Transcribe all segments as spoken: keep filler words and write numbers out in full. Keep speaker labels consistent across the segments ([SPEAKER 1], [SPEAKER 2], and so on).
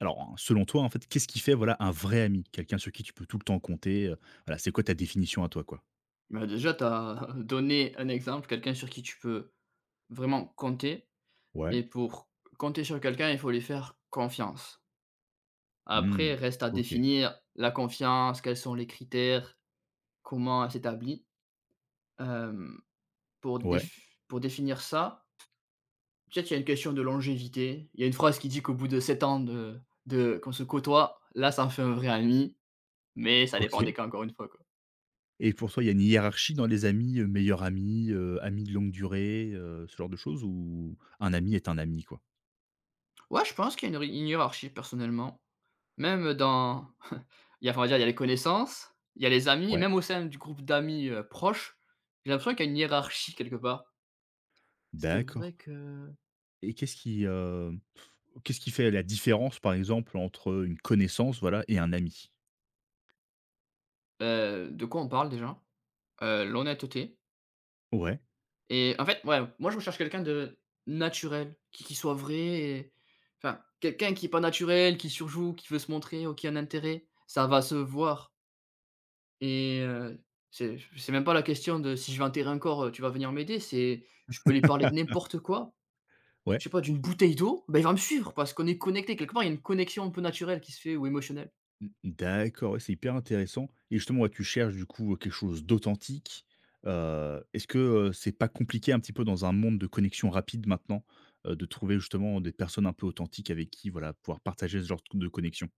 [SPEAKER 1] Alors, hein, selon toi, en fait, qu'est-ce qui fait, voilà, un vrai ami? Quelqu'un sur qui tu peux tout le temps compter, heu, voilà, c'est quoi ta définition à toi, quoi?
[SPEAKER 2] Bah, déjà, tu as donné un exemple, quelqu'un sur qui tu peux vraiment compter.
[SPEAKER 1] Ouais.
[SPEAKER 2] Et pour compter sur quelqu'un, il faut lui faire confiance. Après,
[SPEAKER 1] Mmh.
[SPEAKER 2] reste à
[SPEAKER 1] OK.
[SPEAKER 2] définir la confiance, quels sont les critères, comment elle s'établit. Hem, pour
[SPEAKER 1] Ouais.
[SPEAKER 2] déf pour définir ça, peut-être il y a une question de longévité. Il y a une phrase qui dit qu'au bout de sept ans de de qu'on se côtoie, là, ça en fait un vrai ami, mais ça dépend des
[SPEAKER 1] OK.
[SPEAKER 2] cas encore une fois, quoi.
[SPEAKER 1] Et pour toi, il y a une hiérarchie dans les amis, heu, meilleur ami, heu, ami de longue durée, heu, ce genre de choses ou un ami est un ami, quoi?
[SPEAKER 2] Ouais, je pense qu'il y a une ri une hiérarchie personnellement. Même dans il y a enfin, on va dire, il y a les connaissances, il y a les amis et
[SPEAKER 1] Ouais.
[SPEAKER 2] même au sein du groupe d'amis, heu, proches, j'ai l'impression qu'il y a une hiérarchie quelque part. C'est
[SPEAKER 1] D'accord.
[SPEAKER 2] vrai que.
[SPEAKER 1] Et qu'est-ce qui, heu, qu'est-ce qui fait la différence, par exemple, entre une connaissance, voilà, et un ami?
[SPEAKER 2] Heu, de quoi on parle déjà? Heu, l'honnêteté
[SPEAKER 1] Ouais.
[SPEAKER 2] et en fait, ouais, moi je recherche quelqu'un de naturel, qui qui soit vrai et enfin, quelqu'un qui est pas naturel, qui surjoue, qui veut se montrer ou qui a un intérêt, ça va se voir. Et heu, c'est c'est même pas la question de: «Si je vais enterrer un corps, heu, tu vas venir m'aider», c'est je peux lui parler de n'importe quoi,
[SPEAKER 1] Ouais.
[SPEAKER 2] je sais pas, d'une bouteille d'eau, ben il va me suivre parce qu'on est connecté. Quelque part, il y a une connexion un peu naturelle qui se fait ou émotionnelle.
[SPEAKER 1] Mmh, d'accord, ouais, c'est hyper intéressant et justement, ouais, tu cherches du coup, quelque chose d'authentique. Heu, est-ce que, heu, c'est pas compliqué un petit peu dans un monde de connexion rapide maintenant, heu, de trouver justement des personnes un peu authentiques avec qui, voilà, pouvoir partager ce genre de connexion?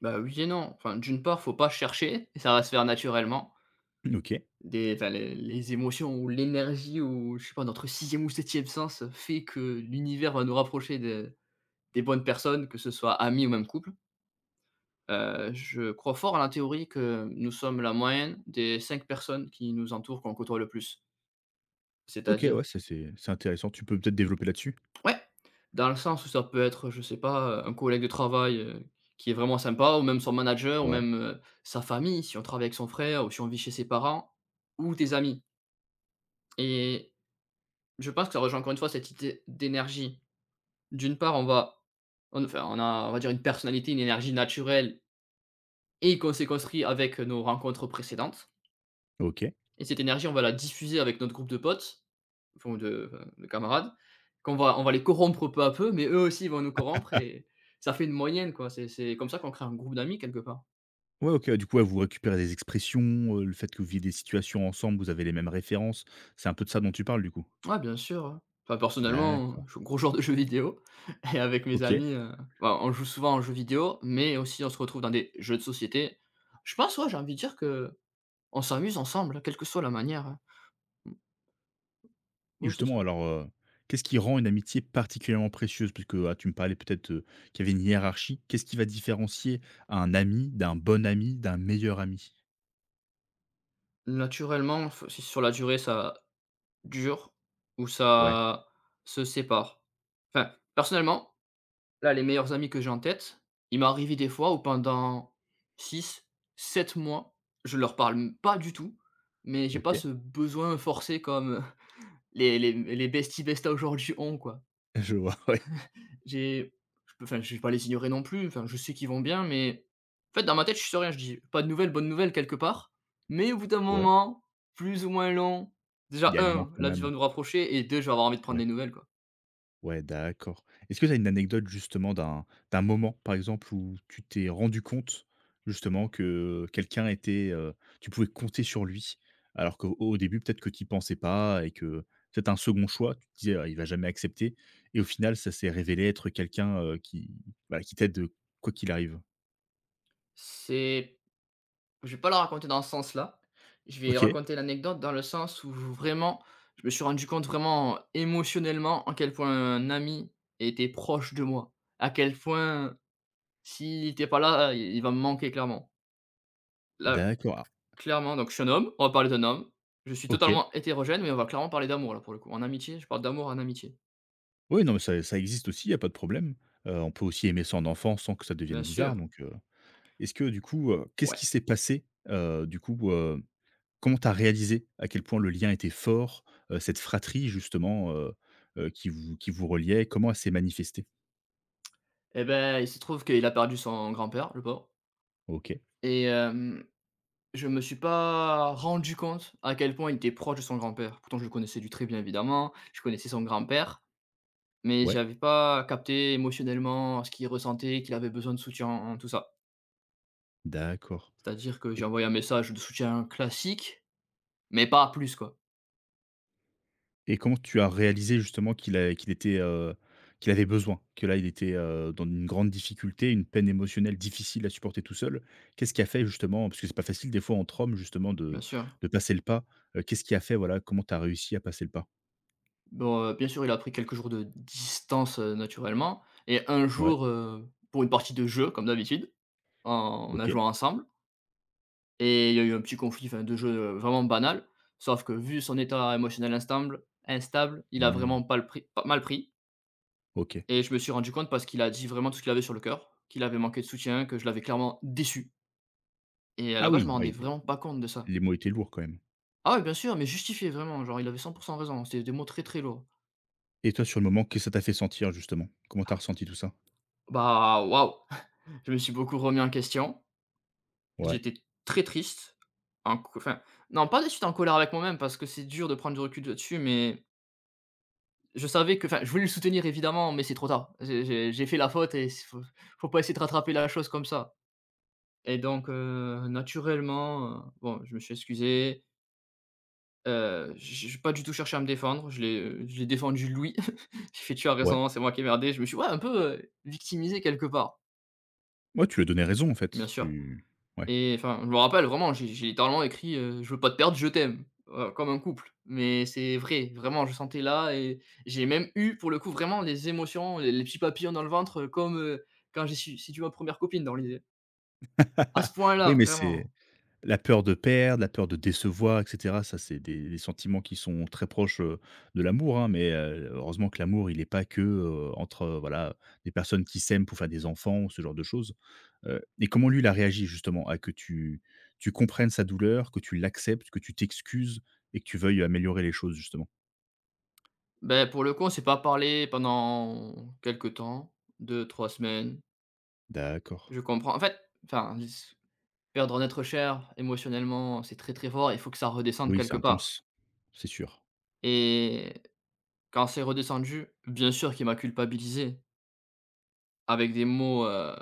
[SPEAKER 2] Bah, oui et non. Enfin, d'une part, faut pas chercher, ça va se faire naturellement.
[SPEAKER 1] OK.
[SPEAKER 2] Des Enfin, les les émotions ou l'énergie ou je sais pas, notre sixième ou septième sens, fait que l'univers va nous rapprocher de des bonnes personnes, que ce soit amis ou même couple. Heu, je crois fort à la théorie que nous sommes la moyenne des cinq personnes qui nous entourent, qu'on côtoie le plus.
[SPEAKER 1] OK,
[SPEAKER 2] C'est-à-dire
[SPEAKER 1] ouais, ça c'est c'est intéressant. Tu peux peut-être développer là-dessus?
[SPEAKER 2] ouais, dans le sens où ça peut être, je sais pas, euh, un collègue de travail, heu, qui est vraiment sympa ou même son manager ou
[SPEAKER 1] Ouais.
[SPEAKER 2] même, heu, sa famille, si on travaille avec son frère ou si on vit chez ses parents ou tes amis et je pense que ça rejoint encore une fois cette idée d'énergie. D'une part, on va on enfin, on a, on va dire, une personnalité, une énergie naturelle et qu'on s'est construit avec nos rencontres précédentes.
[SPEAKER 1] OK.
[SPEAKER 2] Et cette énergie, on va la diffuser avec notre groupe de potes, enfin de, enfin, de camarades, qu'on va, on va les corrompre peu à peu, mais eux aussi ils vont nous corrompre et ça fait une moyenne, quoi. C'est c'est comme ça qu'on crée un groupe d'amis quelque part.
[SPEAKER 1] Ouais, OK, ouais, du coup, ouais, vous récupérez des expressions, heu, le fait que vous vivez des situations ensemble, vous avez les mêmes références. C'est un peu de ça dont tu parles, du coup?
[SPEAKER 2] Ouais, bien sûr, ouais. Enfin, personnellement,
[SPEAKER 1] D'accord.
[SPEAKER 2] je suis un gros joueur de jeux vidéo et avec mes
[SPEAKER 1] OK.
[SPEAKER 2] amis, heu, bah, on joue souvent en jeux vidéo, mais aussi on se retrouve dans des jeux de société. Je pense, ouais, j'ai envie de dire que on s'amuse ensemble, quelle que soit la manière, hein. Mmh,
[SPEAKER 1] Et
[SPEAKER 2] ouais, c'est ça.
[SPEAKER 1] justement, alors, heu, qu'est-ce qui rend une amitié particulièrement précieuse? Parce que ah, tu me parlais peut-être, heu, qu'il y avait une hiérarchie. Qu'est-ce qui va différencier un ami d'un bon ami, d'un meilleur ami?
[SPEAKER 2] Naturellement, enfin, si sur la durée ça dur, où
[SPEAKER 1] Ouais,
[SPEAKER 2] ça se sépare. Enfin, personnellement, là, les meilleurs amis que j'ai en tête, il m'est arrivé des fois où pendant six, sept mois, je leur parle m pas du tout, mais j'ai pas
[SPEAKER 1] OK.
[SPEAKER 2] ce besoin forcé comme, heu, les les les besties, bestas aujourd'hui ont, quoi.
[SPEAKER 1] Je vois, ouais.
[SPEAKER 2] J'ai Je peux enfin, je vais pas les ignorer non plus, enfin, je sais qu'ils vont bien, mais en fait, dans ma tête, je suis sur rien. Je dis: «Pas de nouvelles, bonnes nouvelles» quelque part, mais au bout d'un
[SPEAKER 1] Ouais.
[SPEAKER 2] moment, plus ou moins long,
[SPEAKER 1] Il
[SPEAKER 2] déjà
[SPEAKER 1] y a le manque
[SPEAKER 2] un
[SPEAKER 1] quand
[SPEAKER 2] la vie
[SPEAKER 1] même.
[SPEAKER 2] va nous rapprocher et deux je vais avoir envie de prendre
[SPEAKER 1] Ouais.
[SPEAKER 2] des nouvelles, quoi.
[SPEAKER 1] Ouais, d'accord. Est-ce que tu as une anecdote justement d'un d'un moment, par exemple, où tu t'es rendu compte justement que quelqu'un était, heu, tu pouvais compter sur lui, alors qu'au au début peut-être que tu y pensais pas et que peut un second choix, tu te disais: «Ah, il va jamais accepter» et au final ça s'est révélé être quelqu'un, heu, qui, bah, qui t'aide, heu, quoi qu'il arrive?
[SPEAKER 2] C'est Je vais pas la raconter dans ce sens-là. Je vais
[SPEAKER 1] OK,
[SPEAKER 2] raconter l'anecdote dans le sens où vraiment, je me suis rendu compte vraiment émotionnellement à quel point un ami était proche de moi. À quel point s'il n'était pas là, il il va me manquer clairement. La
[SPEAKER 1] d'accord, ah,
[SPEAKER 2] Clairement, donc je suis un homme, on va parler d'un homme. Je suis
[SPEAKER 1] OK.
[SPEAKER 2] totalement hétérogène, mais on va clairement parler d'amour là pour le coup. En amitié, je parle d'amour en amitié.
[SPEAKER 1] Oui, non, mais ça ça existe aussi, il y a pas de problème. Heu, on peut aussi aimer son enfant sans que ça devienne
[SPEAKER 2] Bien
[SPEAKER 1] bizarre
[SPEAKER 2] sûr,
[SPEAKER 1] donc heu Est-ce que du coup, heu, qu'est-ce
[SPEAKER 2] ouais.
[SPEAKER 1] qui s'est passé? Heu, du coup, heu, comment tu as réalisé à quel point le lien était fort, heu, cette fratrie justement, heu heu, qui vous qui vous reliait, comment elle s'est manifestée?
[SPEAKER 2] Eh ben, il se trouve qu'il a perdu son grand-père, le pauvre
[SPEAKER 1] OK,
[SPEAKER 2] et hem, je me suis pas rendu compte à quel point il était proche de son grand-père. Pourtant, je le connaissais du très bien évidemment, je connaissais son grand-père, mais
[SPEAKER 1] ouais,
[SPEAKER 2] j'avais pas capté émotionnellement ce qu'il ressentait, qu'il avait besoin de soutien, tout ça.
[SPEAKER 1] d'accord
[SPEAKER 2] C'est-à-dire que j'ai
[SPEAKER 1] et
[SPEAKER 2] envoyé un message de soutien classique, mais pas plus quoi,
[SPEAKER 1] et comment tu as réalisé justement qu'il a qu'il était, heu, qu'il avait besoin? Que là, il était, heu, dans une grande difficulté, une peine émotionnelle difficile à supporter tout seul. Qu'est-ce qui a fait justement parce que c'est pas facile des fois entre hommes justement
[SPEAKER 2] bien
[SPEAKER 1] de
[SPEAKER 2] sûr.
[SPEAKER 1] de passer le pas, heu, qu'est-ce qui a fait, voilà, comment tu as réussi à passer le pas?
[SPEAKER 2] Bon, heu, bien sûr, il a pris quelques jours de distance, heu, naturellement et un
[SPEAKER 1] Ouais,
[SPEAKER 2] jour, heu, pour une partie de jeu comme d'habitude, en on a
[SPEAKER 1] OK.
[SPEAKER 2] joué ensemble et il y a eu un petit conflit, enfin de jeu, heu, vraiment banal. Sauf que vu son état émotionnel instable, instable, il a
[SPEAKER 1] Mmh.
[SPEAKER 2] vraiment pas le pris pas mal pris
[SPEAKER 1] OK.
[SPEAKER 2] et je me suis rendu compte parce qu'il a dit vraiment tout ce qu'il avait sur le cœur, qu'il avait manqué de soutien, que je l'avais clairement déçu et à
[SPEAKER 1] Ah
[SPEAKER 2] la base, je
[SPEAKER 1] oui,
[SPEAKER 2] me
[SPEAKER 1] ah
[SPEAKER 2] rendais
[SPEAKER 1] oui, les
[SPEAKER 2] vraiment pas compte de ça.
[SPEAKER 1] les mots étaient lourds quand même.
[SPEAKER 2] Ah oui, bien sûr, mais justifié vraiment, genre il avait cent raison, c'était des mots très, très lourds.
[SPEAKER 1] Et toi, sur le moment, qu'est-ce que ça t'a fait sentir justement? Comment t'as ressenti tout ça?
[SPEAKER 2] Bah, waouh! Je me suis beaucoup remis en question.
[SPEAKER 1] Ouais,
[SPEAKER 2] J'étais très triste, en co enfin, non, pas de suite en colère avec moi-même parce que c'est dur de prendre du recul là-dessus, mais je savais que enfin, je voulais le soutenir évidemment, mais c'est trop tard. J'ai j'ai j'ai fait la faute et s faut faut pas essayer de rattraper la chose comme ça et donc heu, naturellement, heu, bon, je me suis excusé, heu, j'ai j'ai pas du tout cherché à me défendre. Je l'ai, heu, je l'ai défendu lui. J'ai fait: «Tu as
[SPEAKER 1] ouais.
[SPEAKER 2] raison, c'est moi qui ai merdé». Je me suis, ouais, un peu, heu, victimisé quelque part,
[SPEAKER 1] Ouais, tu lui as donné raison en fait,
[SPEAKER 2] bien sûr.
[SPEAKER 1] tu. Ouais.
[SPEAKER 2] Et enfin, je me rappelle vraiment, j'ai j'ai littéralement écrit, heu: «Je veux pas te perdre, je t'aime», heu, comme un couple. Mais c'est vrai, vraiment, je sentais là et j'ai même eu, pour le coup, vraiment les émotions, les les petits papillons dans le ventre, heu, comme, heu, quand j'ai su séduit ma première copine dans l'idée. À ce point-là,
[SPEAKER 1] Oui, mais c'est
[SPEAKER 2] vraiment.
[SPEAKER 1] la peur de perdre, la peur de décevoir et cetera, ça c'est des des sentiments qui sont très proches, heu, de l'amour, hein, mais heu, heureusement que l'amour il n'est pas que, heu, entre, heu, voilà, des personnes qui s'aiment pour faire des enfants ou ce genre de choses. Heu et comment lui il a réagi justement à que tu tu comprennes sa douleur, que tu l'acceptes, que tu t'excuses et que tu veuilles améliorer les choses justement?
[SPEAKER 2] Ben pour le coup, on s'est pas parlé pendant quelque temps, deux, trois semaines.
[SPEAKER 1] D'accord.
[SPEAKER 2] Je comprends en fait, enfin, s perdre un être cher émotionnellement, c'est très, très fort, il faut que ça redescende
[SPEAKER 1] Oui, c'est
[SPEAKER 2] quelque part
[SPEAKER 1] intense. C'est sûr.
[SPEAKER 2] et quand c'est redescendu, bien sûr qu'il m'a culpabilisé. Avec des mots, heu,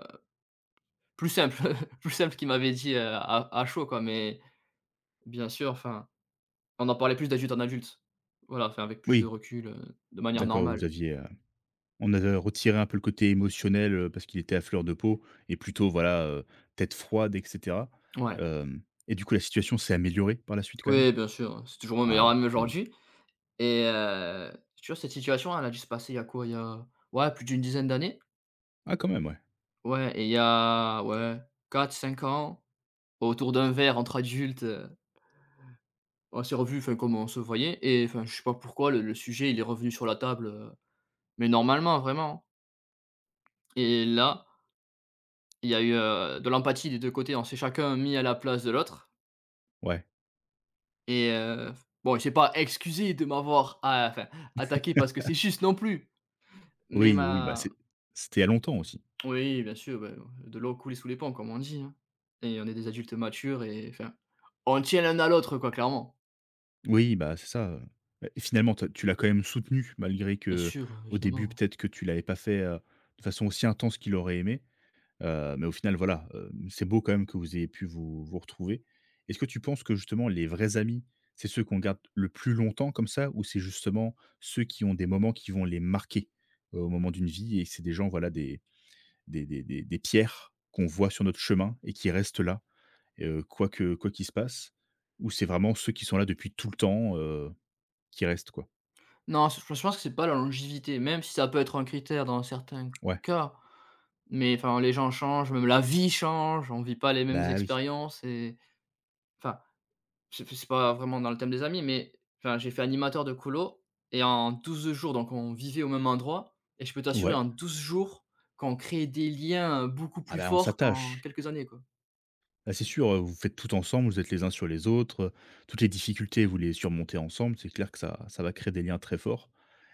[SPEAKER 2] plus simples, plus simples qu'il m'avait dit, heu, à à chaud quoi, mais bien sûr, enfin, on en parlait plus d'adulte en adulte. Voilà, enfin, avec plus de
[SPEAKER 1] Oui,
[SPEAKER 2] recul, heu, de manière
[SPEAKER 1] d'accord, vous
[SPEAKER 2] normale.
[SPEAKER 1] aviez, on a euh, retiré un peu le côté émotionnel, heu, parce qu'il était à fleur de peau et plutôt voilà, heu, tête froide et cetera.
[SPEAKER 2] Ouais.
[SPEAKER 1] Hem et du coup, la situation s'est améliorée par la suite quand même?
[SPEAKER 2] Oui, bien sûr, c'est toujours mon meilleur
[SPEAKER 1] Ah
[SPEAKER 2] ami
[SPEAKER 1] quand même.
[SPEAKER 2] aujourd'hui et heu, si tu veux cette situation, elle a dû se passer il y a quoi? Il y a, ouais, plus d'une dizaine d'années?
[SPEAKER 1] Ah quand même, ouais.
[SPEAKER 2] Ouais et il y a, ouais, quatre, cinq ans, autour d'un verre entre adultes, heu, on s'est revus, enfin, comme on se voyait et enfin, je sais pas pourquoi le le sujet, il est revenu sur la table, heu, mais normalement, vraiment et là il y a eu, heu, de l'empathie des deux côtés, on s'est chacun mis à la place de l'autre
[SPEAKER 1] Ouais.
[SPEAKER 2] et heu, bon, il s'est pas excusé de m'avoir a enfin, attaqué parce que c'est juste non plus, mais
[SPEAKER 1] Oui, oui, bah,
[SPEAKER 2] m'a.
[SPEAKER 1] c'est c'était il y a longtemps aussi.
[SPEAKER 2] Oui, bien sûr, bah, de l'eau coulait sous les ponts, comme on dit, hein et on est des adultes matures et enfin, on tient l'un à l'autre, quoi, clairement.
[SPEAKER 1] Oui, bah, c'est ça, et finalement tu tu l'as quand même soutenu malgré
[SPEAKER 2] Bien
[SPEAKER 1] que
[SPEAKER 2] sûr,
[SPEAKER 1] au début
[SPEAKER 2] évidemment.
[SPEAKER 1] peut-être que tu l'avais pas fait, heu, de façon aussi intense qu'il aurait aimé. Heu, mais au final, voilà, heu, c'est beau quand même que vous ayez pu vous vous retrouver. Est-ce que tu penses que justement les vrais amis, c'est ceux qu'on garde le plus longtemps comme ça? Ou c'est justement ceux qui ont des moments qui vont les marquer, heu, au moment d'une vie et c'est des gens, voilà, des des des des des pierres qu'on voit sur notre chemin et qui restent là, heu, quoi que quoi qu'il se passe? Ou c'est vraiment ceux qui sont là depuis tout le temps, heu, qui restent, quoi?
[SPEAKER 2] Non, c je pense que c'est pas la longévité, même si ça peut être un critère dans certains
[SPEAKER 1] Ouais.
[SPEAKER 2] cas, mais enfin, les gens changent, même la vie change, on vit pas les mêmes
[SPEAKER 1] Bah oui.
[SPEAKER 2] expériences et enfin. C'est c'est pas vraiment dans le thème des amis, mais enfin, j'ai fait animateur de colo et en douze jours, donc on vivait au même endroit et je peux t'assurer
[SPEAKER 1] Ouais.
[SPEAKER 2] en douze jours qu'on crée des liens, heu, beaucoup
[SPEAKER 1] Ah
[SPEAKER 2] plus
[SPEAKER 1] bah, on
[SPEAKER 2] forts qu'en
[SPEAKER 1] s'attache.
[SPEAKER 2] quelques années, quoi.
[SPEAKER 1] Bah, c'est sûr, heu, vous faites tout ensemble, vous êtes les uns sur les autres, heu, toutes les difficultés, vous les surmontez ensemble, c'est clair que ça ça va créer des liens très forts.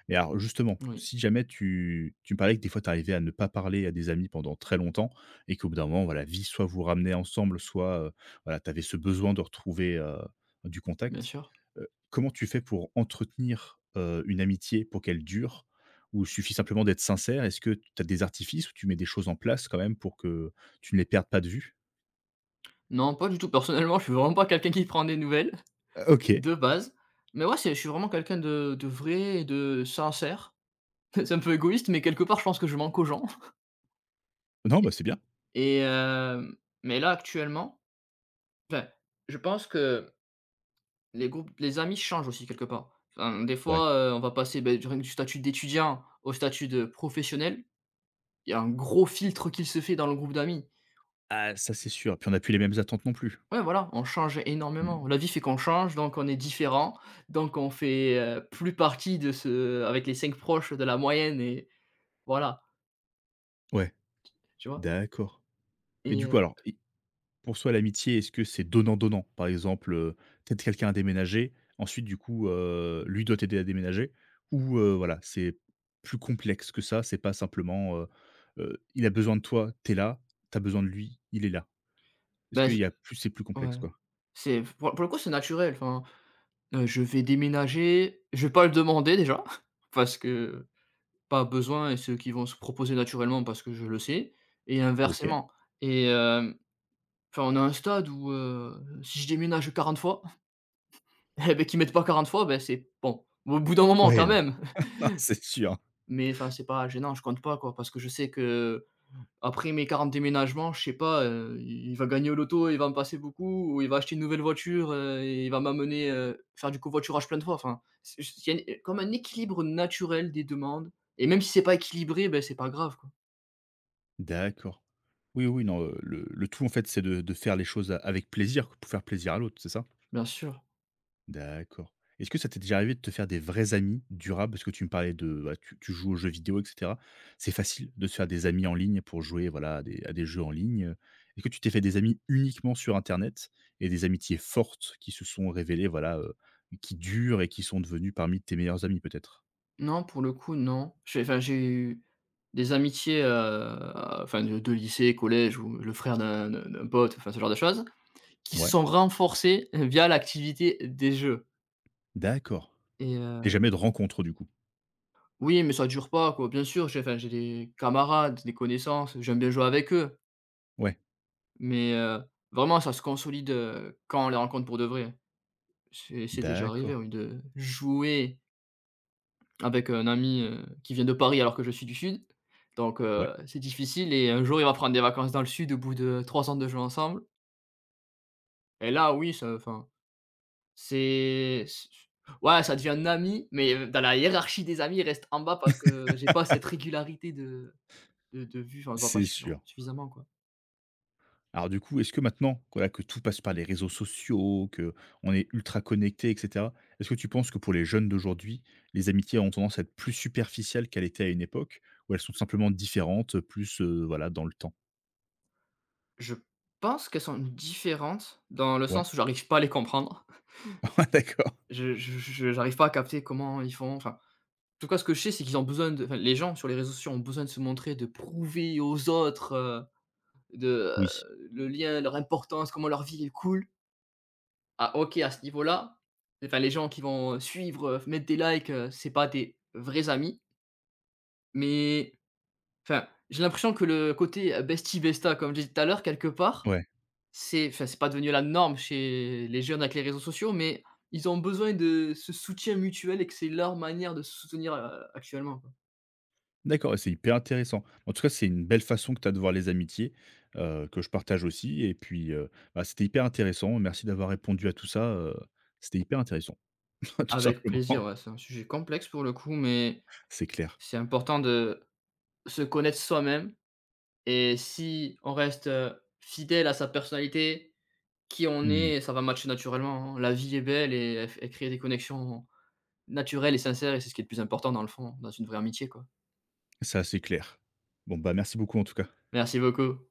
[SPEAKER 1] Mais alors justement,
[SPEAKER 2] Oui,
[SPEAKER 1] si jamais tu tu me parlais que des fois tu arrivais à ne pas parler à des amis pendant très longtemps et qu'au bout d'un moment, voilà, la vie soit vous ramenait ensemble, soit, heu, voilà, tu avais ce besoin de retrouver, heu, du
[SPEAKER 2] bien
[SPEAKER 1] contact.
[SPEAKER 2] sûr.
[SPEAKER 1] Heu, comment tu fais pour entretenir, heu, une amitié pour qu'elle dure? Ou suffit simplement d'être sincère? Est-ce que tu as des artifices ou tu mets des choses en place quand même pour que tu ne les perdes pas de vue?
[SPEAKER 2] Non, pas du tout. Personnellement, je suis vraiment pas quelqu'un qui prend des nouvelles,
[SPEAKER 1] OK.
[SPEAKER 2] de base. Mais ouais, c'est je suis vraiment quelqu'un de de vrai et de sincère. C'est un peu égoïste, mais quelque part, je pense que je manque aux gens.
[SPEAKER 1] Non, bah,
[SPEAKER 2] Et
[SPEAKER 1] c'est bien.
[SPEAKER 2] et euh, mais là, actuellement, enfin, je pense que Les groupes les amis changent aussi quelque part. Enfin, des
[SPEAKER 1] Ouais.
[SPEAKER 2] fois, heu, on va passer, beh, du du statut d'étudiant au statut de professionnel. Il y a un gros filtre qui se fait dans le groupe d'amis.
[SPEAKER 1] Ah, ça, c'est sûr. Puis on n'a plus les mêmes attentes non plus.
[SPEAKER 2] Ouais, voilà, on change
[SPEAKER 1] Mmh.
[SPEAKER 2] énormément. La vie fait qu'on change, donc on est différent, donc on fait, heu, plus partie de ce avec les cinq proches de la moyenne et voilà,
[SPEAKER 1] Ouais,
[SPEAKER 2] tu vois?
[SPEAKER 1] d'accord. Et
[SPEAKER 2] Et
[SPEAKER 1] du
[SPEAKER 2] heu,
[SPEAKER 1] coup, alors, et pour soi l'amitié, est-ce que c'est donnant-donnant? Par exemple, euh, peut-être quelqu'un a déménagé ensuite, du coup, heu, lui doit t'aider à déménager ou heu, voilà, c'est plus complexe que ça, c'est pas simplement, heu heu, il a besoin de toi, t'es là, t'as besoin de lui, il est là? Est-ce
[SPEAKER 2] bah,
[SPEAKER 1] qu'il
[SPEAKER 2] j
[SPEAKER 1] y a plus c'est plus complexe,
[SPEAKER 2] Ouais.
[SPEAKER 1] quoi?
[SPEAKER 2] C'est pour pour le coup, c'est naturel, enfin, heu, je vais déménager, je vais pas le demander déjà parce que pas besoin et ceux qui vont se proposer naturellement parce que je le sais et
[SPEAKER 1] OK. OK.
[SPEAKER 2] inversement et hem, enfin, on a un stade où, heu, si je déménage quarante fois et beh, qu'ils mettent pas quarante fois, beh, c'est bon, au bout d'un moment
[SPEAKER 1] Ouais,
[SPEAKER 2] quand
[SPEAKER 1] non,
[SPEAKER 2] même,
[SPEAKER 1] c'est sûr.
[SPEAKER 2] mais enfin, c'est pas gênant, je compte pas quoi parce que je sais qu'après mes quarante déménagements, je sais pas, heu, il va gagner au loto, il va me passer beaucoup ou il va acheter une nouvelle voiture, heu et il va m'amener, heu, faire du covoiturage plein de fois. Enfin, c'est j Il y a une comme un équilibre naturel des demandes et même si c'est pas équilibré, beh, c'est pas grave quoi.
[SPEAKER 1] D'accord. Oui, oui, non, heu, le le tout, en fait, c'est de de faire les choses a avec plaisir, pour faire plaisir à l'autre, c'est ça?
[SPEAKER 2] Bien sûr.
[SPEAKER 1] D'accord. Est-ce que ça t'est déjà arrivé de te faire des vrais amis durables? Parce que tu me parlais de, bah, tu tu joues aux jeux vidéo et cetera. C'est facile de se faire des amis en ligne pour jouer, voilà, à des à des jeux en ligne. Est-ce que tu t'es fait des amis uniquement sur internet et des amitiés fortes qui se sont révélées, voilà, heu, qui durent et qui sont devenues parmi tes meilleurs amis, peut-être?
[SPEAKER 2] Non, pour le coup, non. J'ai enfin, j'ai eu des amitiés, heu, enfin de de lycée, collège ou le frère d'un d'un d'un pote, enfin ce genre de choses, qui se
[SPEAKER 1] Ouais,
[SPEAKER 2] sont renforcées via l'activité des jeux
[SPEAKER 1] d'accord
[SPEAKER 2] et
[SPEAKER 1] et
[SPEAKER 2] heu
[SPEAKER 1] jamais de rencontres, du coup?
[SPEAKER 2] oui, mais ça dure pas quoi, bien sûr, j'ai enfin j'ai des camarades, des connaissances, j'aime bien jouer avec eux,
[SPEAKER 1] Ouais,
[SPEAKER 2] mais heu, vraiment ça se consolide, heu, quand on les rencontre pour de vrai. C'est c'est déjà arrivé
[SPEAKER 1] d'accord.
[SPEAKER 2] oui de jouer avec un ami, heu, qui vient de Paris alors que je suis du sud, donc
[SPEAKER 1] Ouais,
[SPEAKER 2] heu, c'est difficile et un jour il va prendre des vacances dans le sud au bout de trois ans de jeu ensemble et là oui, ça enfin, c'est c ouais, ça devient un ami, mais euh, dans la hiérarchie des amis, il reste en bas parce que j'ai pas cette régularité de de de vue, enfin on se voit pas
[SPEAKER 1] c'est
[SPEAKER 2] suffisant
[SPEAKER 1] sûr.
[SPEAKER 2] suffisamment quoi.
[SPEAKER 1] Alors du coup, est-ce que maintenant, voilà, que tout passe par les réseaux sociaux, que on est ultra connecté et cetera, est-ce que tu penses que pour les jeunes d'aujourd'hui, les amitiés ont tendance à être plus superficielles qu'elles étaient à une époque? Ou elles sont simplement différentes, plus, heu, voilà, dans le temps?
[SPEAKER 2] Je pense qu'elles sont différentes dans le
[SPEAKER 1] Ouais.
[SPEAKER 2] sens où j'arrive pas à les comprendre.
[SPEAKER 1] Ouais, d'accord.
[SPEAKER 2] Je je je J'arrive pas à capter comment ils font, enfin tout cas, ce que je sais, c'est qu'ils ont besoin de enfin, les gens sur les réseaux sociaux ont besoin de se montrer, de prouver aux autres, heu, de,
[SPEAKER 1] Oui.
[SPEAKER 2] heu, le lien, leur importance, comment leur vie est cool. Ah OK, à ce niveau-là, enfin, les gens qui vont suivre, heu, mettre des likes, heu, c'est pas des vrais amis. Mais enfin, j'ai l'impression que le côté, heu, bestie besta, comme j'ai dit tout à l'heure, quelque part,
[SPEAKER 1] Ouais.
[SPEAKER 2] c'est enfin, c'est pas devenu la norme chez les jeunes avec les réseaux sociaux, mais ils ont besoin de ce soutien mutuel et que c'est leur manière de se soutenir, heu, actuellement.
[SPEAKER 1] D'accord, ouais, c'est hyper intéressant. En tout cas, c'est une belle façon que tu as de voir les amitiés, heu, que je partage aussi et puis, heu, bah, c'était hyper intéressant. Merci d'avoir répondu à tout ça, heu, c'était hyper intéressant, tout
[SPEAKER 2] Avec plaisir,
[SPEAKER 1] simplement.
[SPEAKER 2] ouais, c'est un sujet complexe pour le coup, mais
[SPEAKER 1] C'est clair.
[SPEAKER 2] c'est important de se connaître soi-même et si on reste, heu, fidèle à sa personnalité, qui on
[SPEAKER 1] Mmh.
[SPEAKER 2] est, ça va matcher naturellement, hein. La vie est belle et elle f elle crée des connexions naturelles et sincères et c'est ce qui est le plus important dans le fond, dans une vraie amitié, quoi.
[SPEAKER 1] Ça, c'est clair. Bon, bah, merci beaucoup en tout cas.
[SPEAKER 2] Merci beaucoup.